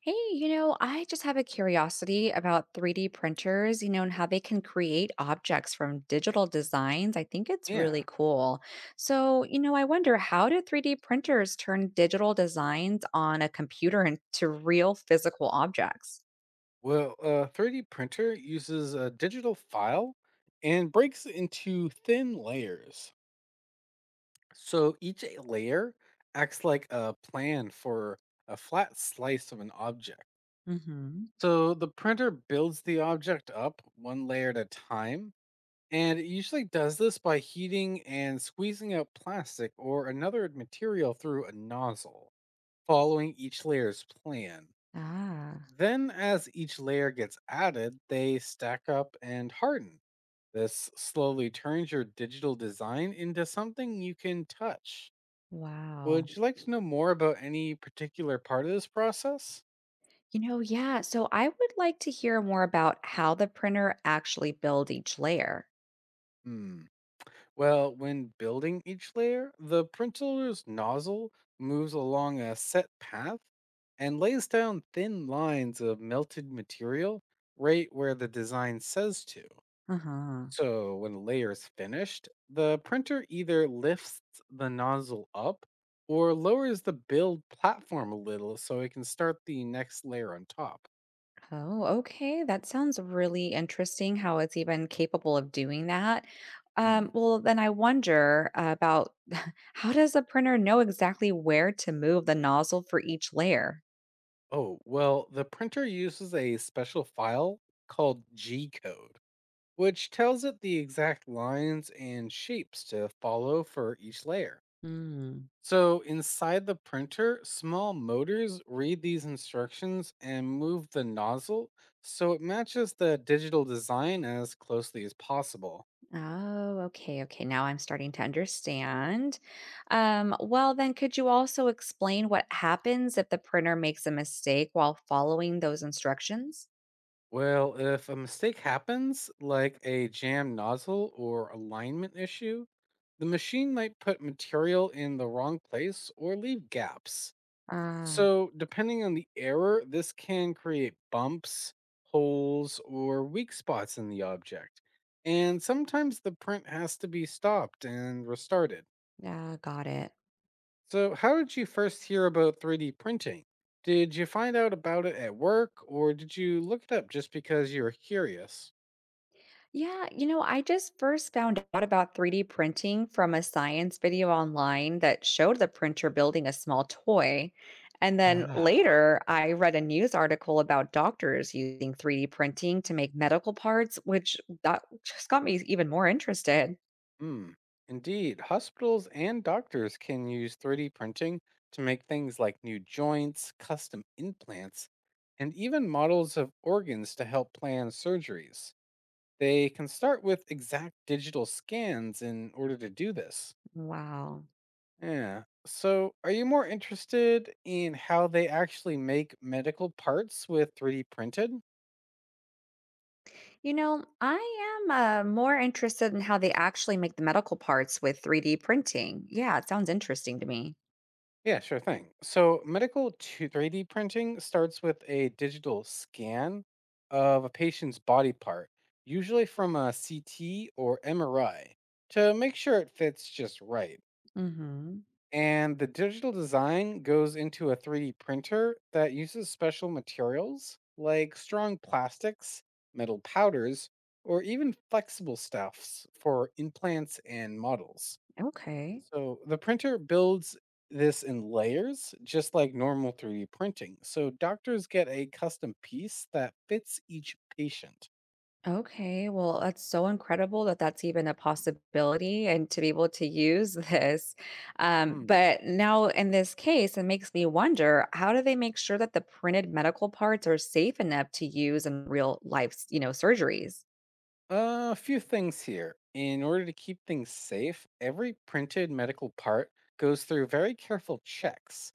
Hey, I just have a curiosity about 3D printers, and how they can create objects from digital designs. I think it's really Yeah. cool. So, I wonder, how do 3D printers turn digital designs on a computer into real physical objects? Well, a 3D printer uses a digital file and breaks it into thin layers. So each layer acts like a plan for a flat slice of an object. Hmm. So the printer builds the object up one layer at a time. And it usually does this by heating and squeezing out plastic or another material through a nozzle, following each layer's plan. Ah, Then, as each layer gets added, they stack up and harden. This slowly turns your digital design into something you can touch. wow. Would you like to know more about any particular part of this process? Yeah. So I would like to hear more about how the printer actually build each layer. Hmm. Well, when building each layer, the printer's nozzle moves along a set path and lays down thin lines of melted material right where the design says to. Uh-huh. So when a layer is finished, the printer either lifts the nozzle up or lowers the build platform a little so it can start the next layer on top. Oh, okay. That sounds really interesting how it's even capable of doing that. Hmm. Well, then I wonder about how does a printer know exactly where to move the nozzle for each layer? Oh, well, the printer uses a special file called G code, which tells it the exact lines and shapes to follow for each layer. Mm. So inside the printer, small motors read these instructions and move the nozzle so it matches the digital design as closely as possible. Oh, okay, okay. Now I'm starting to understand. Well, then could you also explain what happens if the printer makes a mistake while following those instructions? Well, if a mistake happens, like a jammed nozzle or alignment issue, the machine might put material in the wrong place or leave gaps. Ah, So, depending on the error, this can create bumps, holes, or weak spots in the object. And sometimes the print has to be stopped and restarted. yeah, got it. So, how did you first hear about 3D printing? Did you find out about it at work, or did you look it up just because you were curious? Yeah, I just first found out about 3D printing from a science video online that showed the printer building a small toy. And then Ah. later, I read a news article about doctors using 3D printing to make medical parts, which that just got me even more interested. Hmm. Indeed, hospitals and doctors can use 3D printing to make things like new joints, custom implants, and even models of organs to help plan surgeries. They can start with exact digital scans in order to do this. Wow. Yeah. So, are you more interested in how they actually make medical parts with 3D printed? I am more interested in how they actually make the medical parts with 3D printing. Yeah, it sounds interesting to me. Yeah, sure thing. So, medical 3D printing starts with a digital scan of a patient's body part, usually from a CT or MRI, to make sure it fits just right. Mhm. And the digital design goes into a 3D printer that uses special materials like strong plastics, metal powders, or even flexible stuffs for implants and models. Okay. So the printer builds this in layers, just like normal 3D printing. So doctors get a custom piece that fits each patient. Okay, well, that's so incredible that that's even a possibility and to be able to use this. Hmm. But now, in this case, it makes me wonder, how do they make sure that the printed medical parts are safe enough to use in real life, surgeries? A few things here. In order to keep things safe, every printed medical part goes through very careful checks.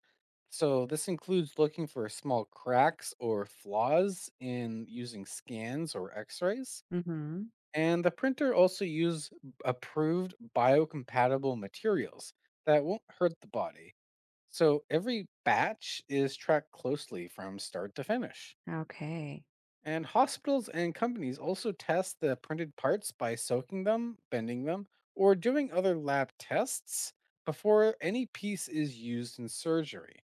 So this includes looking for small cracks or flaws in using scans or x-rays. Hmm. And the printer also use approved biocompatible materials that won't hurt the body. So every batch is tracked closely from start to finish. Okay. And hospitals and companies also test the printed parts by soaking them, bending them, or doing other lab tests before any piece is used in surgery.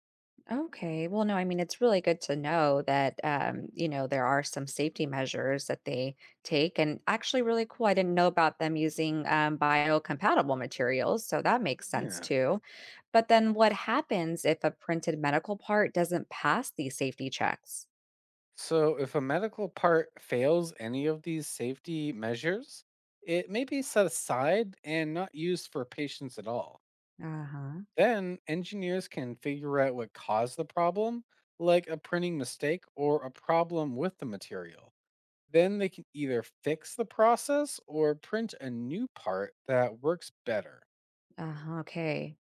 Okay, well, no, I mean, it's really good to know that, there are some safety measures that they take. And actually, really cool. I didn't know about them using biocompatible materials. So that makes sense Yeah. too. But then what happens if a printed medical part doesn't pass these safety checks? So, if a medical part fails any of these safety measures, it may be set aside and not used for patients at all. Uh huh. Then, engineers can figure out what caused the problem, like a printing mistake or a problem with the material. Then, they can either fix the process or print a new part that works better. Uh huh. Okay.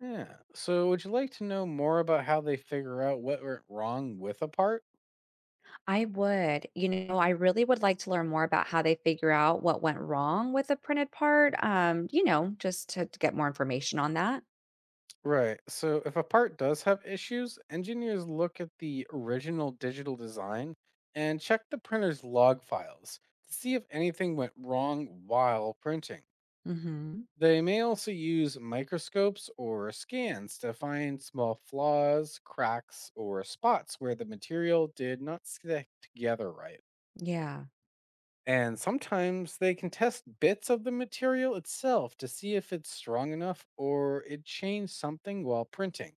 Yeah. So, would you like to know more about how they figure out what went wrong with a part? I would, I really would like to learn more about how they figure out what went wrong with a printed part, just to get more information on that. Right. So if a part does have issues, engineers look at the original digital design and check the printer's log files to see if anything went wrong while printing. Mm hmm. They may also use microscopes or scans to find small flaws, cracks, or spots where the material did not stick together right. Yeah. And sometimes they can test bits of the material itself to see if it's strong enough or it changed something while printing.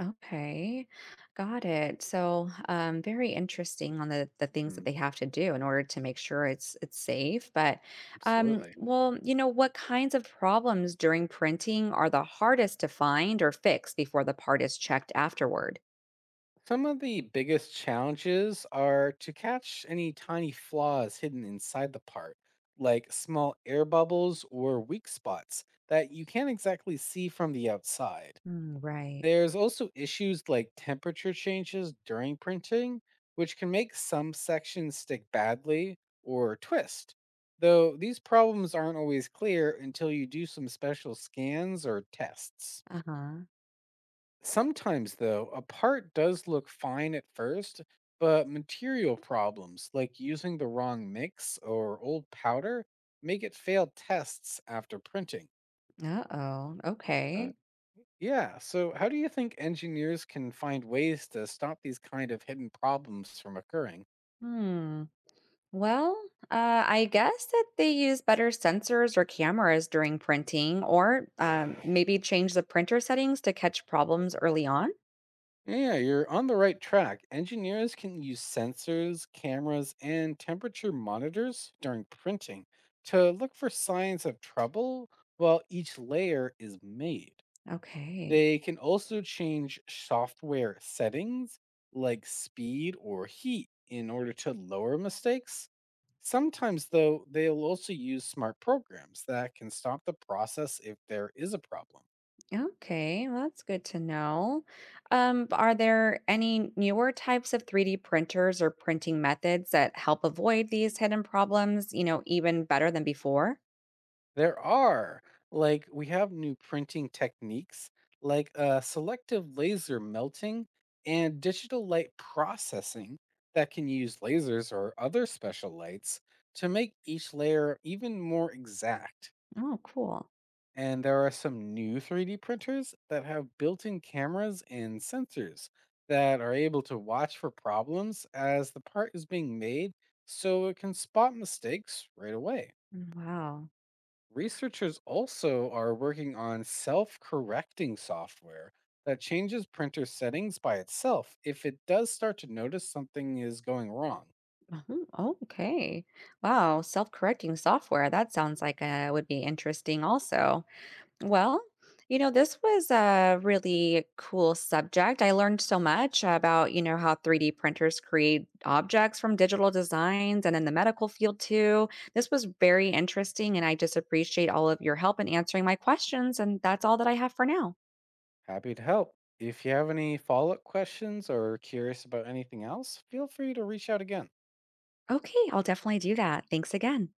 Okay, got it. So, very interesting on the things that they have to do in order to make sure it's safe. But, Absolutely. well, what kinds of problems during printing are the hardest to find or fix before the part is checked afterward? Some of the biggest challenges are to catch any tiny flaws hidden inside the part, like small air bubbles or weak spots that you can't exactly see from the outside. Mm, right. There's also issues like temperature changes during printing, which can make some sections stick badly or twist. Though these problems aren't always clear until you do some special scans or tests. Uh-huh. Sometimes, though, a part does look fine at first, but material problems like using the wrong mix or old powder make it fail tests after printing. Uh-oh. Uh, Okay. Yeah, so how do you think engineers can find ways to stop these kind of hidden problems from occurring? Hmm. Well, I guess that they use better sensors or cameras during printing, or maybe change the printer settings to catch problems early on. Yeah, you're on the right track. Engineers can use sensors, cameras, and temperature monitors during printing to look for signs of trouble while each layer is made. Okay. They can also change software settings like speed or heat in order to lower mistakes. Sometimes, though, they'll also use smart programs that can stop the process if there is a problem. Okay, well, that's good to know. Are there any newer types of 3D printers or printing methods that help avoid these hidden problems, even better than before? There are, like, we have new printing techniques like selective laser melting and digital light processing that can use lasers or other special lights to make each layer even more exact. Oh, cool. And there are some new 3D printers that have built in cameras and sensors that are able to watch for problems as the part is being made so it can spot mistakes right away. Mm, wow. Researchers also are working on self correcting software that changes printer settings by itself if it does start to notice something is going wrong. Mhm. Oh, okay. Wow. Self correcting software. That sounds like would be interesting also. Well, this was a really cool subject. I learned so much about, how 3D printers create objects from digital designs and in the medical field too. This was very interesting, and I just appreciate all of your help in answering my questions. And that's all that I have for now. Happy to help. If you have any follow up questions or curious about anything else, feel free to reach out again. Okay, I'll definitely do that. Thanks again.